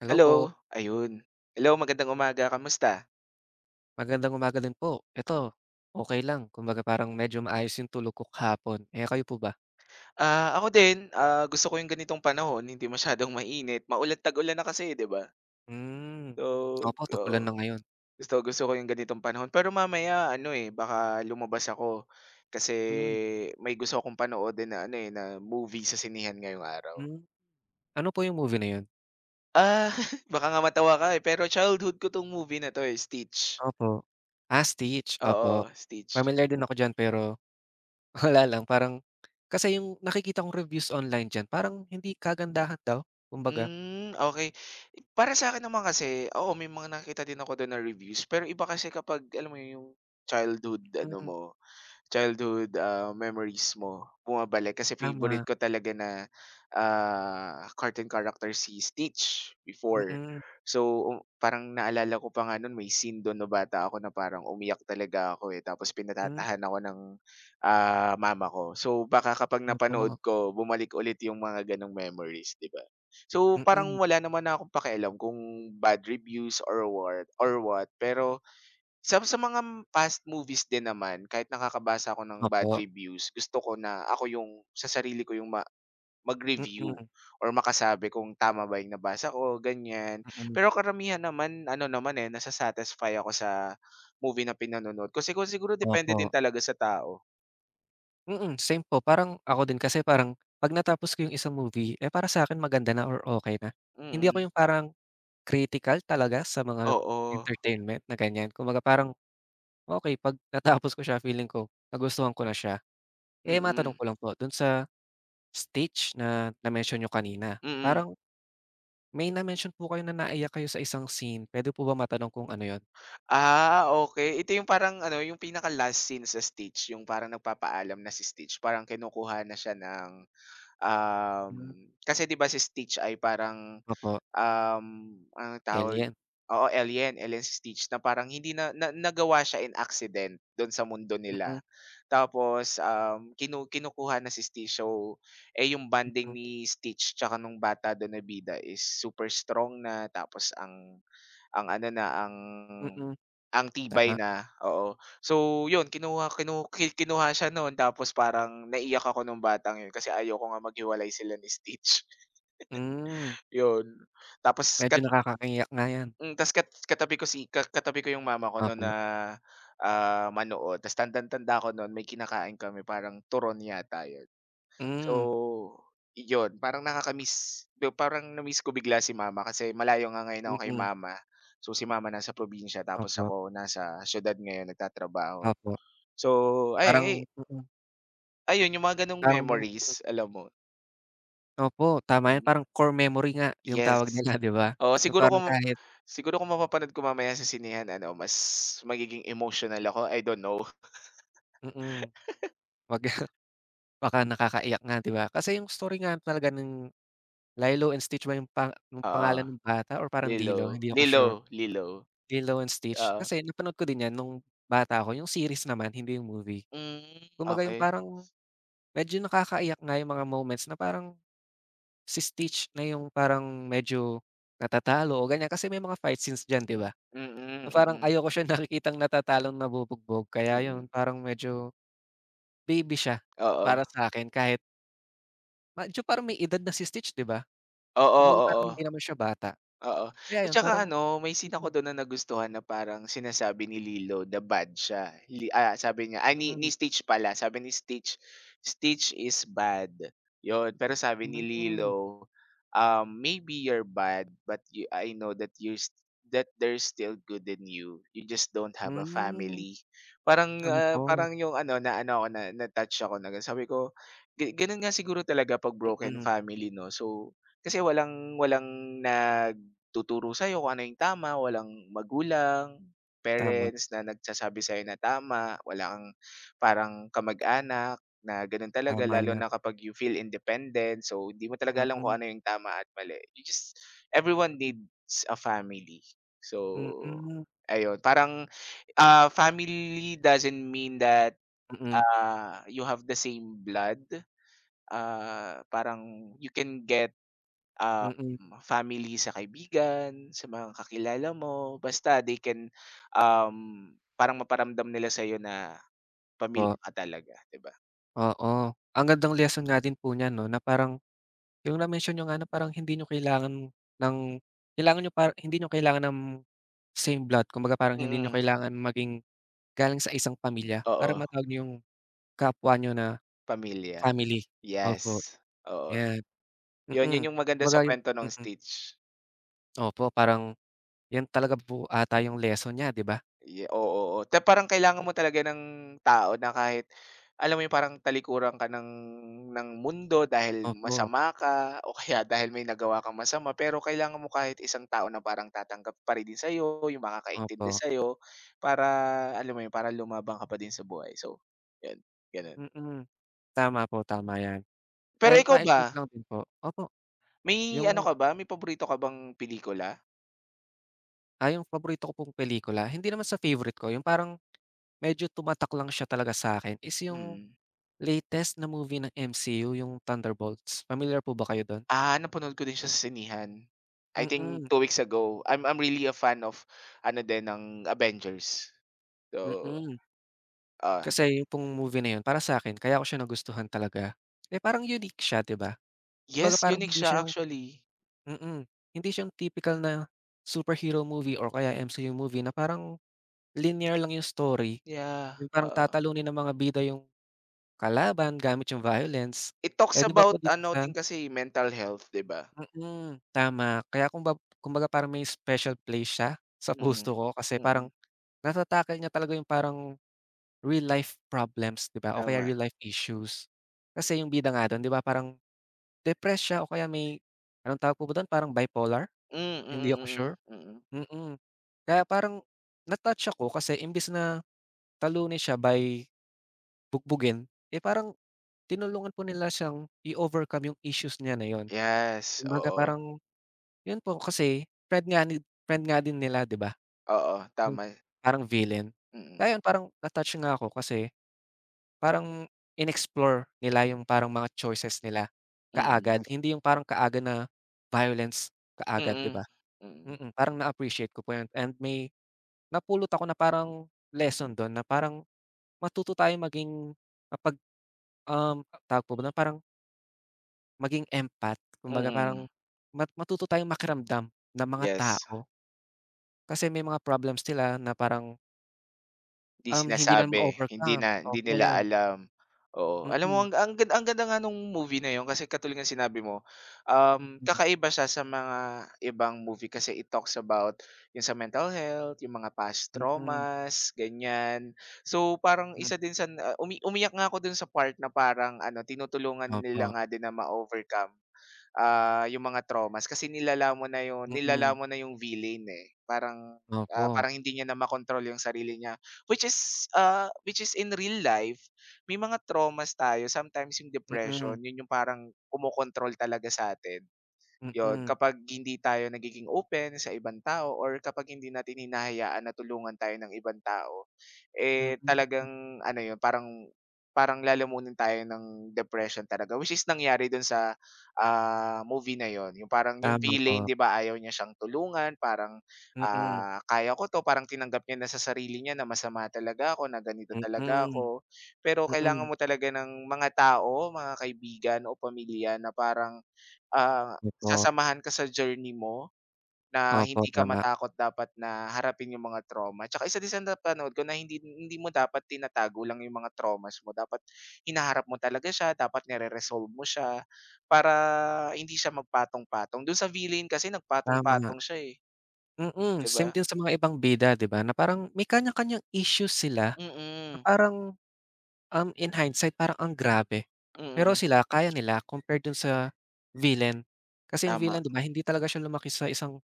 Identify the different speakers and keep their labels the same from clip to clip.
Speaker 1: Hello
Speaker 2: Hello,
Speaker 1: po,
Speaker 2: ayun. Hello, magandang umaga, kamusta?
Speaker 1: magandang umaga din po. Eto, okey lang kumbaga parang medyo maayos yung tulog ko kahapon. Eh, kayo po ba?
Speaker 2: Ah, ako din, gusto ko yung ganitong panahon, hindi masyadong mainit, maulat tag-ulan na kasi, 'di ba?
Speaker 1: Hmm,
Speaker 2: So,
Speaker 1: opo,
Speaker 2: oo,
Speaker 1: tag-ulan na ngayon.
Speaker 2: gusto gusto ko yung ganitong panahon, pero mamaya ano, eh, baka lumabas ako kasi
Speaker 1: Hmm,
Speaker 2: may gusto akong panoodin na ano, eh, na movie sa sinihan ngayong araw.
Speaker 1: hmm. Ano po yung movie na yun?
Speaker 2: Ah, baka nga matawa ka, eh, pero childhood ko 'tong movie na 'to, eh, Stitch.
Speaker 1: Opo. Ah, Stitch, opo.
Speaker 2: Oo, Stitch.
Speaker 1: Familiar din ako diyan, pero wala lang, parang kasi yung nakikita kong reviews online diyan parang hindi kagandahan daw, kumbaga.
Speaker 2: Hmm, okey. Para sa'kin naman kasi, oo, may mga nakita din ako dun na reviews pero iba kasi kapag alam mo yun, yung childhood ano
Speaker 1: Hmm,
Speaker 2: mo, childhood, memories mo bumabalik? Kasi favorite
Speaker 1: tama.
Speaker 2: ko talaga na, cartoon character si Stitch before.
Speaker 1: Mm-mm.
Speaker 2: So, parang naalala ko pa nga nun may scene dun na bata ako na parang umiyak talaga ako, eh, tapos
Speaker 1: Mm,
Speaker 2: pinatatahan ako ng, mama ko. So, baka kapag
Speaker 1: hmm,
Speaker 2: napanood
Speaker 1: opo.
Speaker 2: ko bumalik ulit yung mga ganong memories, 'di ba? So, parang
Speaker 1: Mm,
Speaker 2: wala naman na akong pakialam kung bad reviews or what, pero sa mga past movies din naman, kahit nakakabasa ako ng bad
Speaker 1: opo.
Speaker 2: reviews, gusto ko na ako yung sa sarili ko yung
Speaker 1: Mm,
Speaker 2: mag-review
Speaker 1: mm,
Speaker 2: or makasabi kung tama ba yung nabasa ko, ganyan.
Speaker 1: mm.
Speaker 2: Pero karamihan naman ano naman, eh, nasa ako sa movie na pinanonood ko. Siguro siguro depende
Speaker 1: Opo.
Speaker 2: din talaga sa tao.
Speaker 1: Mm, same po, parang ako din kasi parang 'pag natapos ko yung isang movie, eh, para sa'kin maganda na or okay na. Hindi ako
Speaker 2: Mm.
Speaker 1: yung parang critical talaga sa mga
Speaker 2: Oo.
Speaker 1: entertainment na ganyan. Kumbaga parang okay 'pag natapos ko siya, feeling ko nagustuhan ko na siya. Eh, matanong
Speaker 2: Mm.
Speaker 1: ko lang po dun sa stage na na-mention niyo kanina,
Speaker 2: Mm.
Speaker 1: parang may na-mention po kayo na naiyak kayo sa isang scene. Pwede po ba matanong kung ano yon?
Speaker 2: Ah, okay, ito yung parang ano, yung pinaka-last scene sa Stitch, yung parang nagpapaalam na si Stitch, parang kinukuha na siya ng
Speaker 1: Hmm,
Speaker 2: Kasi 'di ba si Stitch ay parang,
Speaker 1: opo.
Speaker 2: um, anong tawag
Speaker 1: Alien.
Speaker 2: oo, alien, alien si Stitch na parang hindi na na nagawa siya in accident do'n sa mundo nila.
Speaker 1: Mm,
Speaker 2: Tapos, kinukuha na si Stitch. So, eh, yung bonding
Speaker 1: mm,
Speaker 2: ni Stitch tsaka nung bata do'n na bida is super strong na tapos ang ano na, ang
Speaker 1: mm, mm.
Speaker 2: ang tibay
Speaker 1: Tama.
Speaker 2: na, oo. So yun kinuha kinu ki kinuha siya noon tapos parang naiyak ako nung batang yun kasi ayoko nga maghiwalay sila ni Stitch,
Speaker 1: Hmm,
Speaker 2: yun. Tapos
Speaker 1: medyo nakakakiyak nga yan.
Speaker 2: ta's katabi ko si katabi ko yung mama ko noon
Speaker 1: Opo.
Speaker 2: na, manood ta's tandang-tanda ako nun may kinakain kami parang turon yata yun.
Speaker 1: Hmm,
Speaker 2: So, iyon parang nakaka-miss parang na ko bigla si mama kasi malayo nga ngayon ako kay
Speaker 1: mm.
Speaker 2: mama. So, si mama nasa probinsya tapos
Speaker 1: Opo,
Speaker 2: ako nasa siyudad ngayon nagtatrabaho.
Speaker 1: opo.
Speaker 2: So, ay
Speaker 1: Parang mm,
Speaker 2: ayun yung mga ganong
Speaker 1: parang
Speaker 2: memories alam mo?
Speaker 1: opo, tama 'yan,
Speaker 2: Mm,
Speaker 1: parang core memory nga yung tawag
Speaker 2: yes.
Speaker 1: nila, 'di ba?
Speaker 2: Oh,
Speaker 1: Yung
Speaker 2: siguro
Speaker 1: parang
Speaker 2: kung
Speaker 1: kahit
Speaker 2: siguro kung mapapanood ko mamaya sa sinehan ano mas magiging emotional ako, I don't know.
Speaker 1: mm, 'wag. Baka nakakaiyak nga, 'di ba? Kasi yung story nga talaga ng Lilo and Stitch ba yung yung
Speaker 2: Oo,
Speaker 1: pangalan ng bata, or parang
Speaker 2: Lilo,
Speaker 1: Lilo, hindi ako
Speaker 2: Lilo,
Speaker 1: sure.
Speaker 2: Lilo,
Speaker 1: Lilo and Stitch,
Speaker 2: oo.
Speaker 1: kasi napanood ko din 'yan nung bata ako, yung series naman, hindi yung movie.
Speaker 2: Hmm,
Speaker 1: Kumbaga yung
Speaker 2: okey.
Speaker 1: parang medyo nakakaiyak nga yung mga moments na parang si Stitch na yung parang medyo natatalo o ganyan kasi may mga fight scenes diyan, 'di ba? Na
Speaker 2: Mm,
Speaker 1: parang
Speaker 2: mm,
Speaker 1: ayoko siya nakikitang natatalong nabubugbog, kaya
Speaker 2: mm.
Speaker 1: yun parang medyo baby siya
Speaker 2: Oo.
Speaker 1: para sa akin kahit medyo parang may edad na si Stitch, 'di ba?
Speaker 2: Oo,
Speaker 1: Kumbaga parang
Speaker 2: oo.
Speaker 1: hindi naman siya bata.
Speaker 2: Oo. At
Speaker 1: Kaya yun
Speaker 2: saka
Speaker 1: parang
Speaker 2: ano, may scene
Speaker 1: mm,
Speaker 2: ako dun na nagustuhan na parang sinasabi ni Lilo na bad siya. Sabi niya, ni
Speaker 1: mm,
Speaker 2: Stitch pala. Sabi ni Stitch, "Stitch is bad." Yun, pero sabi ni
Speaker 1: hmm,
Speaker 2: Lilo, "Maybe you're bad, but I know that you're that there's still good in you. You just don't have a
Speaker 1: hmm,
Speaker 2: family." Parang
Speaker 1: opo,
Speaker 2: parang yung ano na ano ako na na-touch ako na sabi ko, Ganun nga siguro talaga pag
Speaker 1: mm.
Speaker 2: broken
Speaker 1: Mm.
Speaker 2: family, no? So, kasi walang walang nag tuturo sa'yo kung ano yung tama, walang magulang,
Speaker 1: Tama,
Speaker 2: parents na nagsasabi sa'yo na tama, wala kang parang kamag-anak na gano'n talaga
Speaker 1: tama
Speaker 2: lalo
Speaker 1: yan.
Speaker 2: na kapag you feel independent. So, hindi mo talaga
Speaker 1: Mm,
Speaker 2: alam kung
Speaker 1: mm,
Speaker 2: ano yung tama at mali. You just everyone needs a family. So,
Speaker 1: mm,
Speaker 2: ayun parang, family doesn't mean that,
Speaker 1: mm.
Speaker 2: you have the same blood. Ah, parang you can get
Speaker 1: Mm, mm.
Speaker 2: Um, family sa kaibigan, sa mga kakilala mo, basta they can, parang maparamdam nila sa'yo na pamilya
Speaker 1: Po,
Speaker 2: ka talaga, 'di ba?
Speaker 1: oo. Ang gandang lesson nga din po niyan 'no, na parang yung na-mention niyo nga na parang hindi niyo kailangan ng kailangan niyo para hindi niyo kailangan ng same blood, kumbaga parang hindi niyo
Speaker 2: Mm,
Speaker 1: kailangan maging galing sa isang pamilya para
Speaker 2: oo,
Speaker 1: matawag niyo yung kapwa niyo na
Speaker 2: pamilya,
Speaker 1: family. Opo,
Speaker 2: yes, oo.
Speaker 1: 'yan,
Speaker 2: 'Yun,
Speaker 1: mm.
Speaker 2: 'yun yung maganda sa
Speaker 1: Kumbaga yung
Speaker 2: kwento ng Stitch.
Speaker 1: opo, parang 'yan talaga po ata yung lesson niya, 'di ba?
Speaker 2: Oo, oo. Ta parang kailangan mo talaga ng tao na kahit alam mo yung parang talikuran ka ng mundo dahil
Speaker 1: Opo,
Speaker 2: masama ka o kaya dahil may nagawa kang masama, pero kailangan mo kahit isang tao na parang tatanggap pa rin din sa'yo, yung makakaintindi
Speaker 1: opo,
Speaker 2: sa'yo para alam mo yun, para lumabang ka pa din sa buhay. So, yun, ganun.
Speaker 1: mm. Tama po, tama 'yan.
Speaker 2: Pero
Speaker 1: And
Speaker 2: ikaw ba,
Speaker 1: mai-share ko lang din po, opo,
Speaker 2: may ano
Speaker 1: yung,
Speaker 2: ka ba, may paborito ka bang pelikula?
Speaker 1: yung paborito ko pong pelikula, hindi naman sa favorite ko, yung parang medyo tumatak lang siya talaga sa'kin is yung
Speaker 2: Mm.
Speaker 1: latest na movie ng MCU, yung Thunderbolts. Pamilyar po ba kayo don?
Speaker 2: Ah, napanood ko din siya sa sinihan I think
Speaker 1: Mm,
Speaker 2: 2 weeks ago. I'm really a fan of ano din ng Avengers. So,
Speaker 1: mm.
Speaker 2: ah
Speaker 1: Kasi yung pong movie na yun para sa'kin kaya ko siya nagustuhan talaga, eh, parang unique siya, 'di ba? Kumbaga
Speaker 2: yes,
Speaker 1: parang
Speaker 2: unique
Speaker 1: hindi
Speaker 2: siya
Speaker 1: siya yung
Speaker 2: actually.
Speaker 1: mm, hindi siya yung tipikal na superhero movie or kaya MCU movie na parang linear lang yung story,
Speaker 2: Yeah,
Speaker 1: yung parang
Speaker 2: oo.
Speaker 1: tatalunin ng mga bida yung kalaban gamit yung violence.
Speaker 2: It
Speaker 1: Eh,
Speaker 2: talks
Speaker 1: 'di ba po
Speaker 2: about
Speaker 1: dito
Speaker 2: ano
Speaker 1: sa
Speaker 2: din kasi mental health, 'di ba?
Speaker 1: Tama. Kaya kumbaga parang may special place siya sa puso
Speaker 2: Mm,
Speaker 1: ko kasi parang
Speaker 2: mm,
Speaker 1: nata-tackle niya talaga yung parang real life problems, 'di ba, o kaya
Speaker 2: tama.
Speaker 1: real life issues. Kasi yung bida nga do'n, 'di ba, parang depressed siya o kaya may anong tawag po ba do'n, parang bipolar?
Speaker 2: Hmm, mm,
Speaker 1: Hindi ako
Speaker 2: mm,
Speaker 1: sure,
Speaker 2: mm. Mm.
Speaker 1: mm. Kaya parang na-touch ako kasi imbes na talunin siya by bugbugin, eh, parang tinulungan po nila siyang i-overcome yung issues niya na 'yon.
Speaker 2: Yes,
Speaker 1: Kumbaga
Speaker 2: oo,
Speaker 1: parang yun po kasi friend nga din nila, 'di ba?
Speaker 2: oo,
Speaker 1: Yung
Speaker 2: tama.
Speaker 1: parang villain.
Speaker 2: Mm,
Speaker 1: Kaya yun parang na-touch nga ako kasi parang in-explore nila yung parang mga choices nila
Speaker 2: mm,
Speaker 1: kaagad, hindi yung parang kaagad na violence kaagad, 'di
Speaker 2: mm,
Speaker 1: ba?
Speaker 2: mm,
Speaker 1: Mm, parang na-appreciate ko po yun, and may napulot ako na parang lesson dun na parang matuto tayong maging mapag um, tawag po ba dun, parang maging empath, kumbaga
Speaker 2: mm,
Speaker 1: parang
Speaker 2: mm.
Speaker 1: matuto tayong makiramdam ng mga
Speaker 2: Yes.
Speaker 1: tao. Kasi may mga problems sila na parang,
Speaker 2: Hindi
Speaker 1: hindi na
Speaker 2: sinasabi, hindi
Speaker 1: ma-overcome.
Speaker 2: na hindi
Speaker 1: Opo,
Speaker 2: nila
Speaker 1: 'yan.
Speaker 2: alam, oo. Alam mo
Speaker 1: Mm,
Speaker 2: ang ganda ang ganda nga nung movie na yun kasi katulad ng sinabi mo,
Speaker 1: mm,
Speaker 2: kakaiba siya sa mga ibang movie kasi it talks about yung sa mental health, yung mga past
Speaker 1: mm,
Speaker 2: traumas, ganyan. So, parang
Speaker 1: hmm.
Speaker 2: isa din sa na umiyak nga ako dun sa part na parang ano tinutulungan
Speaker 1: Opo,
Speaker 2: nila nga din na ma-overcome yung mga traumas kasi nilalaman mo na yun nilalaman
Speaker 1: mm,
Speaker 2: mo na yung villain, eh. Parang,
Speaker 1: opo.
Speaker 2: parang hindi niya na makontrol yung sarili niya, which is in real life, may mga traumas tayo sometimes yung
Speaker 1: Mm,
Speaker 2: depression, yun yung parang kumokontrol talaga sa atin.
Speaker 1: mm,
Speaker 2: 'Yun,
Speaker 1: mm.
Speaker 2: kapag hindi tayo nagiging open sa ibang tao or kapag hindi natin hinahayaan na tulungan tayo ng ibang tao, eh, talagang ano 'yun, parang parang lalamunin tayo ng depression talaga, which is nangyari dun sa, movie na 'yun. Yung parang yung
Speaker 1: Tama
Speaker 2: villain
Speaker 1: po.
Speaker 2: 'di ba, ayaw niya siyang tulungan, parang,
Speaker 1: Mm,
Speaker 2: "Kaya ko 'to," parang tinanggap niya na sa sarili niya na masama talaga ako, na ganito talaga
Speaker 1: mm,
Speaker 2: ako. Pero kailangan
Speaker 1: mm.
Speaker 2: mo talaga ng mga tao, mga kaibigan o pamilya na parang
Speaker 1: Opo,
Speaker 2: sasamahan ka sa journey mo na
Speaker 1: opo,
Speaker 2: hindi ka
Speaker 1: tama,
Speaker 2: matakot dapat na harapin yung mga trauma. Tsaka isa din sa napanood ko na hindi hindi mo dapat tinatago lang yung mga traumas mo. Dapat hinaharap mo talaga siya, dapat nire-resolve mo siya para hindi siya magpatong-patong. Dun sa villain kasi
Speaker 1: tama.
Speaker 2: nagpatong-patong siya, eh,
Speaker 1: Mm,
Speaker 2: 'di ba?
Speaker 1: same din sa mga ibang bida, 'di ba, na parang may kanya-kanyang issues sila na
Speaker 2: Mm,
Speaker 1: parang in hindsight parang ang grabe. Pero
Speaker 2: mm.
Speaker 1: sila kaya nila compared dun sa villain. Kasi yung
Speaker 2: Tama,
Speaker 1: villain, 'di ba, hindi talaga siya lumaki sa isang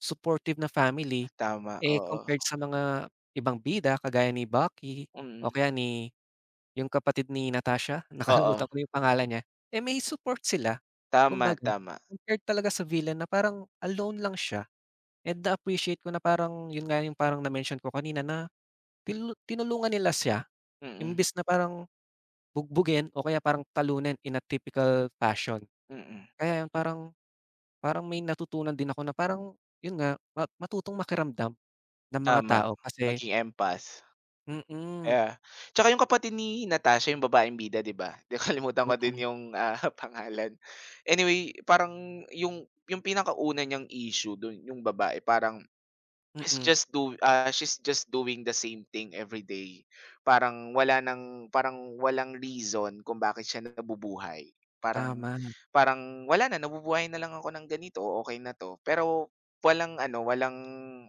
Speaker 1: supportive na family,
Speaker 2: tama,
Speaker 1: eh,
Speaker 2: oo.
Speaker 1: compared sa mga ibang bida kagaya ni Bucky o
Speaker 2: Mm,
Speaker 1: kaya ni yung kapatid ni Natasha,
Speaker 2: oo.
Speaker 1: nakalimutan ko na yung pangalan niya, eh, may support sila.
Speaker 2: Tama,
Speaker 1: Kumbaga,
Speaker 2: tama.
Speaker 1: compared talaga sa villain na parang alone lang siya, and na-appreciate ko na parang yun nga yung parang na-mention ko kanina na tinulungan nila siya
Speaker 2: Mm,
Speaker 1: imbis na parang bugbugin o kaya parang talunin in a typical fashion.
Speaker 2: mm.
Speaker 1: Kaya yun parang parang may natutunan din ako na parang yun nga, matutong makiramdam ng mga
Speaker 2: Tama,
Speaker 1: tao kasi
Speaker 2: maging empath.
Speaker 1: mm, mm,
Speaker 2: Yeah, tsaka yung kapatid ni Natasha yung babaeng bida 'di ba? Nakalimutan ko din yung, pangalan. Anyway, parang yung pinakauna niyang issue dun yung babae parang it's
Speaker 1: mm,
Speaker 2: just she's just doing the same thing every day. Parang wala ng parang walang reason kung bakit siya nabubuhay. Parang
Speaker 1: tama,
Speaker 2: parang wala na, nabubuhay na lang ako ng ganito, okay na 'to. Pero walang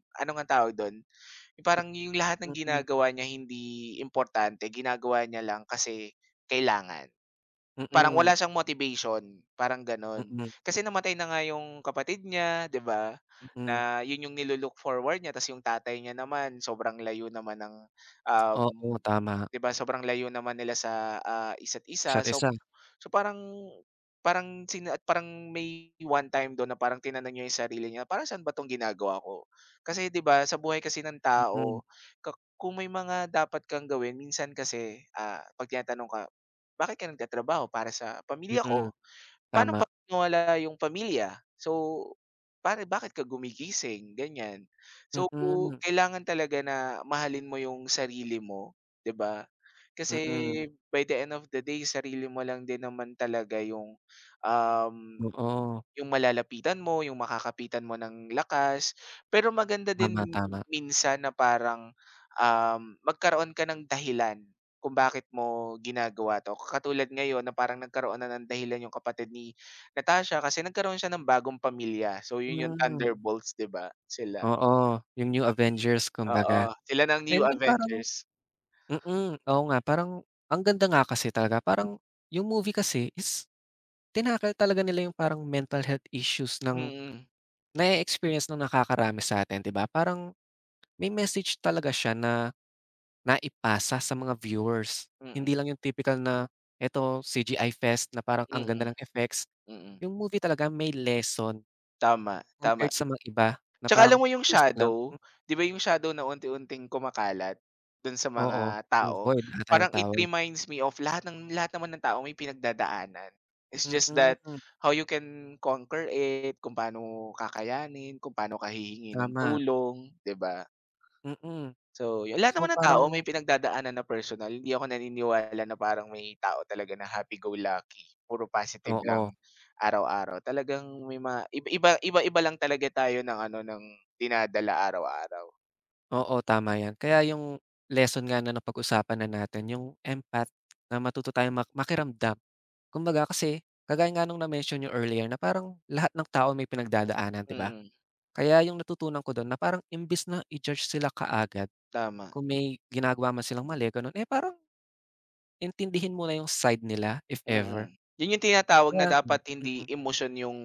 Speaker 2: ano ngang tawag dun? Parang yung lahat ng
Speaker 1: mm,
Speaker 2: ginagawa niya hindi importante, ginagawa niya lang kasi kailangan. Parang
Speaker 1: mm,
Speaker 2: wala siyang motivation, parang gano'n.
Speaker 1: mm,
Speaker 2: Kasi namatay na nga yung kapatid niya, 'di ba,
Speaker 1: mm.
Speaker 2: na yun yung forward niya ta's yung tatay niya naman sobrang layo naman ng, um,
Speaker 1: Oo, tama.
Speaker 2: 'di ba, sobrang layo naman nila sa, isa't isa.
Speaker 1: Isa't
Speaker 2: So
Speaker 1: isa,
Speaker 2: So parang parang sina at parang may one time dun na parang tinanong niya yung sarili niya, "Para saan ba 'tong ginagawa ko?" Kasi 'di ba sa buhay kasi ng
Speaker 1: mm,
Speaker 2: tao, kung may mga dapat kang gawin minsan kasi, 'pag tinatanong ka, "Bakit ka nagtatrabaho? Para sa pamilya
Speaker 1: mm,
Speaker 2: ko." Paano
Speaker 1: tama,
Speaker 2: 'pag nawala yung pamilya? So, bakit ka gumigising, ganyan. So,
Speaker 1: mm,
Speaker 2: kailangan talaga na mahalin mo yung sarili mo, 'di ba? Kasi
Speaker 1: mm,
Speaker 2: by the end of the day, sarili mo lang din naman talaga yung, um
Speaker 1: oo,
Speaker 2: yung malalapitan mo, yung makakapitan mo ng lakas. Pero maganda din
Speaker 1: tama, tama,
Speaker 2: minsan na parang, magkaroon ka ng dahilan kung bakit mo ginagawa 'to. Katulad ngayon na parang nagkaroon na ng dahilan yung kapatid ni Natasha kasi nagkaroon siya ng bagong pamilya. So yun yung
Speaker 1: hmm,
Speaker 2: Thunderbolts, 'di ba? Sila,
Speaker 1: oo, yung New Avengers
Speaker 2: oo.
Speaker 1: kumbaga.
Speaker 2: Sila ng New
Speaker 1: And yung parang
Speaker 2: Avengers.
Speaker 1: mm, oo nga, parang ang ganda nga kasi talaga, parang yung movie kasi is tinakal talaga nila yung parang mental health issues ng
Speaker 2: Mm,
Speaker 1: na experience ng nakakarami sa'tin, 'di ba? Parang may message talaga siya na naipasa sa mga viewers.
Speaker 2: mm,
Speaker 1: Hindi lang yung typical na eto CGI fest na parang ang
Speaker 2: mm,
Speaker 1: ganda ng effects,
Speaker 2: mm, mm.
Speaker 1: yung movie talaga may lesson
Speaker 2: Tama, tama.
Speaker 1: compared sa mga iba na
Speaker 2: Tsaka
Speaker 1: parang
Speaker 2: alam mo yung
Speaker 1: basic lang.
Speaker 2: shadow, 'di ba yung shadow na unti-unting kumakalat dun sa
Speaker 1: Oo,
Speaker 2: mga
Speaker 1: yung
Speaker 2: tao,
Speaker 1: Void ata yung
Speaker 2: parang it
Speaker 1: tawag.
Speaker 2: reminds me of lahat naman ng tao may pinagdadaanan. It's just that
Speaker 1: Mm,
Speaker 2: how you can conquer it, kung paano kakayanin, kung paano ka hihingi ng
Speaker 1: tama,
Speaker 2: tulong, 'di ba?
Speaker 1: mm.
Speaker 2: So, yun lahat
Speaker 1: So
Speaker 2: naman ng tao may
Speaker 1: parang
Speaker 2: pinagdadaanan na personal, hindi ako naniniwala na parang may tao talaga na happy-go-lucky, puro positive lang
Speaker 1: oo.
Speaker 2: araw-araw. Talagang may mga iba-iba iba-iba lang talaga tayo ng ano, ng dinadala araw-araw.
Speaker 1: Oo, tama yan. Kaya yung lesson nga na napag-usapan na natin, yung empath, na matuto tayong makiramdam. Kumbaga kasi, kagaya nga nung na-mention niyo earlier na parang lahat ng tao may pinagdadaanan, 'di ba?
Speaker 2: Mm,
Speaker 1: Kaya yung natutunan ko dun na parang imbis na i-judge sila kaagad
Speaker 2: tama,
Speaker 1: kung may ginagawa man silang mali, ganun, eh, parang intindihin muna yung side nila if
Speaker 2: mm.
Speaker 1: ever.
Speaker 2: Yun yung tinatawag na
Speaker 1: Kaya mm,
Speaker 2: dapat hindi
Speaker 1: mm,
Speaker 2: emotion yung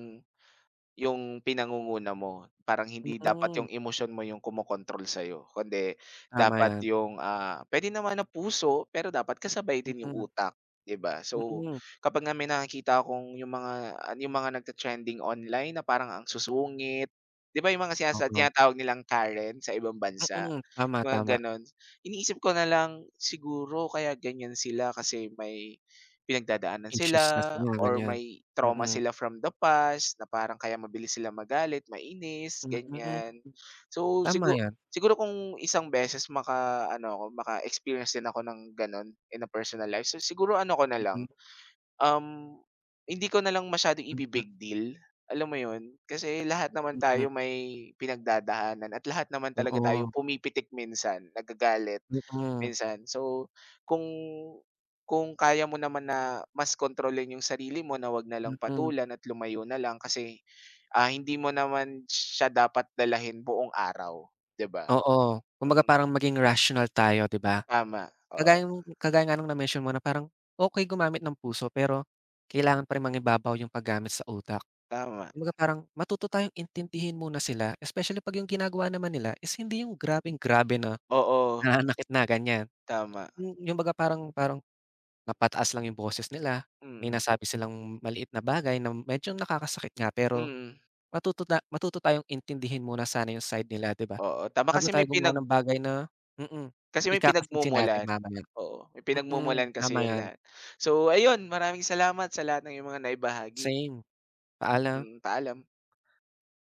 Speaker 2: Yung pinangunguna mo, parang
Speaker 1: mm,
Speaker 2: hindi dapat
Speaker 1: mm,
Speaker 2: yung emosyon mo yung kumokontrol sa'yo, kundi
Speaker 1: tama
Speaker 2: dapat
Speaker 1: yan.
Speaker 2: yung, pwede naman na puso, pero dapat kasabay din yung
Speaker 1: Mm,
Speaker 2: utak, 'di ba?
Speaker 1: mm,
Speaker 2: So,
Speaker 1: mm,
Speaker 2: kapag nga may nakikita akong yung mga nagte-trending online na parang ang susungit, 'di ba yung mga
Speaker 1: oo, mm,
Speaker 2: tinatawag nilang Karen sa ibang bansa,
Speaker 1: mm, tama,
Speaker 2: yung mga
Speaker 1: tama.
Speaker 2: gano'n. Iniisip ko na lang, siguro kaya ganiyan sila kasi may pinagdadaanan sila
Speaker 1: Issues na sila,
Speaker 2: or
Speaker 1: ganyan.
Speaker 2: may trauma
Speaker 1: Mm,
Speaker 2: sila from the past na parang kaya mabilis sila magalit, mainis,
Speaker 1: mm. Mm,
Speaker 2: ganyan. So
Speaker 1: tama
Speaker 2: siguro,
Speaker 1: yan.
Speaker 2: siguro kung isang beses maka-ano ako, maka-experience din ako ng gano'n in a personal life, so siguro ano ko na lang,
Speaker 1: Mm,
Speaker 2: Um, hindi ko na lang masyadong
Speaker 1: mm, mm.
Speaker 2: ibi-big deal, alam mo 'yun? Kasi lahat naman
Speaker 1: Mm.
Speaker 2: tayo may pinagdadaanan at lahat naman talaga tayo
Speaker 1: Oo,
Speaker 2: pumipitik minsan, nagagalit
Speaker 1: mm,
Speaker 2: minsan. So, kung kung kaya mo naman na mas kontrolin yung sarili mo na 'wag na lang
Speaker 1: mm.
Speaker 2: patulan at lumayo na lang kasi, hindi mo naman siya dapat dalahin buong araw, 'di ba?
Speaker 1: Oo, kumbaga
Speaker 2: Mm,
Speaker 1: parang maging rational tayo, 'di ba?
Speaker 2: tama, oo,
Speaker 1: Kagaya nung kagaya nga nung na-mention mo na parang okey gumamit ng puso pero kailangan pa rin mangibabaw yung paggamit sa utak.
Speaker 2: tama.
Speaker 1: Kumbaga parang matuto tayong intindihin muna sila, especially 'pag yung ginagawa naman nila is hindi yung grabeng-grabe na
Speaker 2: Oo,
Speaker 1: nananakit na, ganyan.
Speaker 2: tama.
Speaker 1: Yung baga parang parang napataas lang yung boses nila, may
Speaker 2: Mm,
Speaker 1: nasabi silang maliit na bagay na medyo nakakasakit nga, pero
Speaker 2: mm.
Speaker 1: matuto na matuto tayong intindihin muna sana yung side nila, 'di ba,
Speaker 2: Oo, tama
Speaker 1: bago
Speaker 2: kasi may
Speaker 1: tayo gumawa ng bagay na mm,
Speaker 2: Kasi may
Speaker 1: ikakasisi natin
Speaker 2: pinagmumulan.
Speaker 1: mamaya.
Speaker 2: Oo, may
Speaker 1: Mm,
Speaker 2: pinagmumulan
Speaker 1: tama
Speaker 2: kasi 'yun
Speaker 1: yan.
Speaker 2: lahat. So ayun, maraming salamat sa lahat ng iyong mga naibahagi.
Speaker 1: Same, paalam.
Speaker 2: Mm, paalam.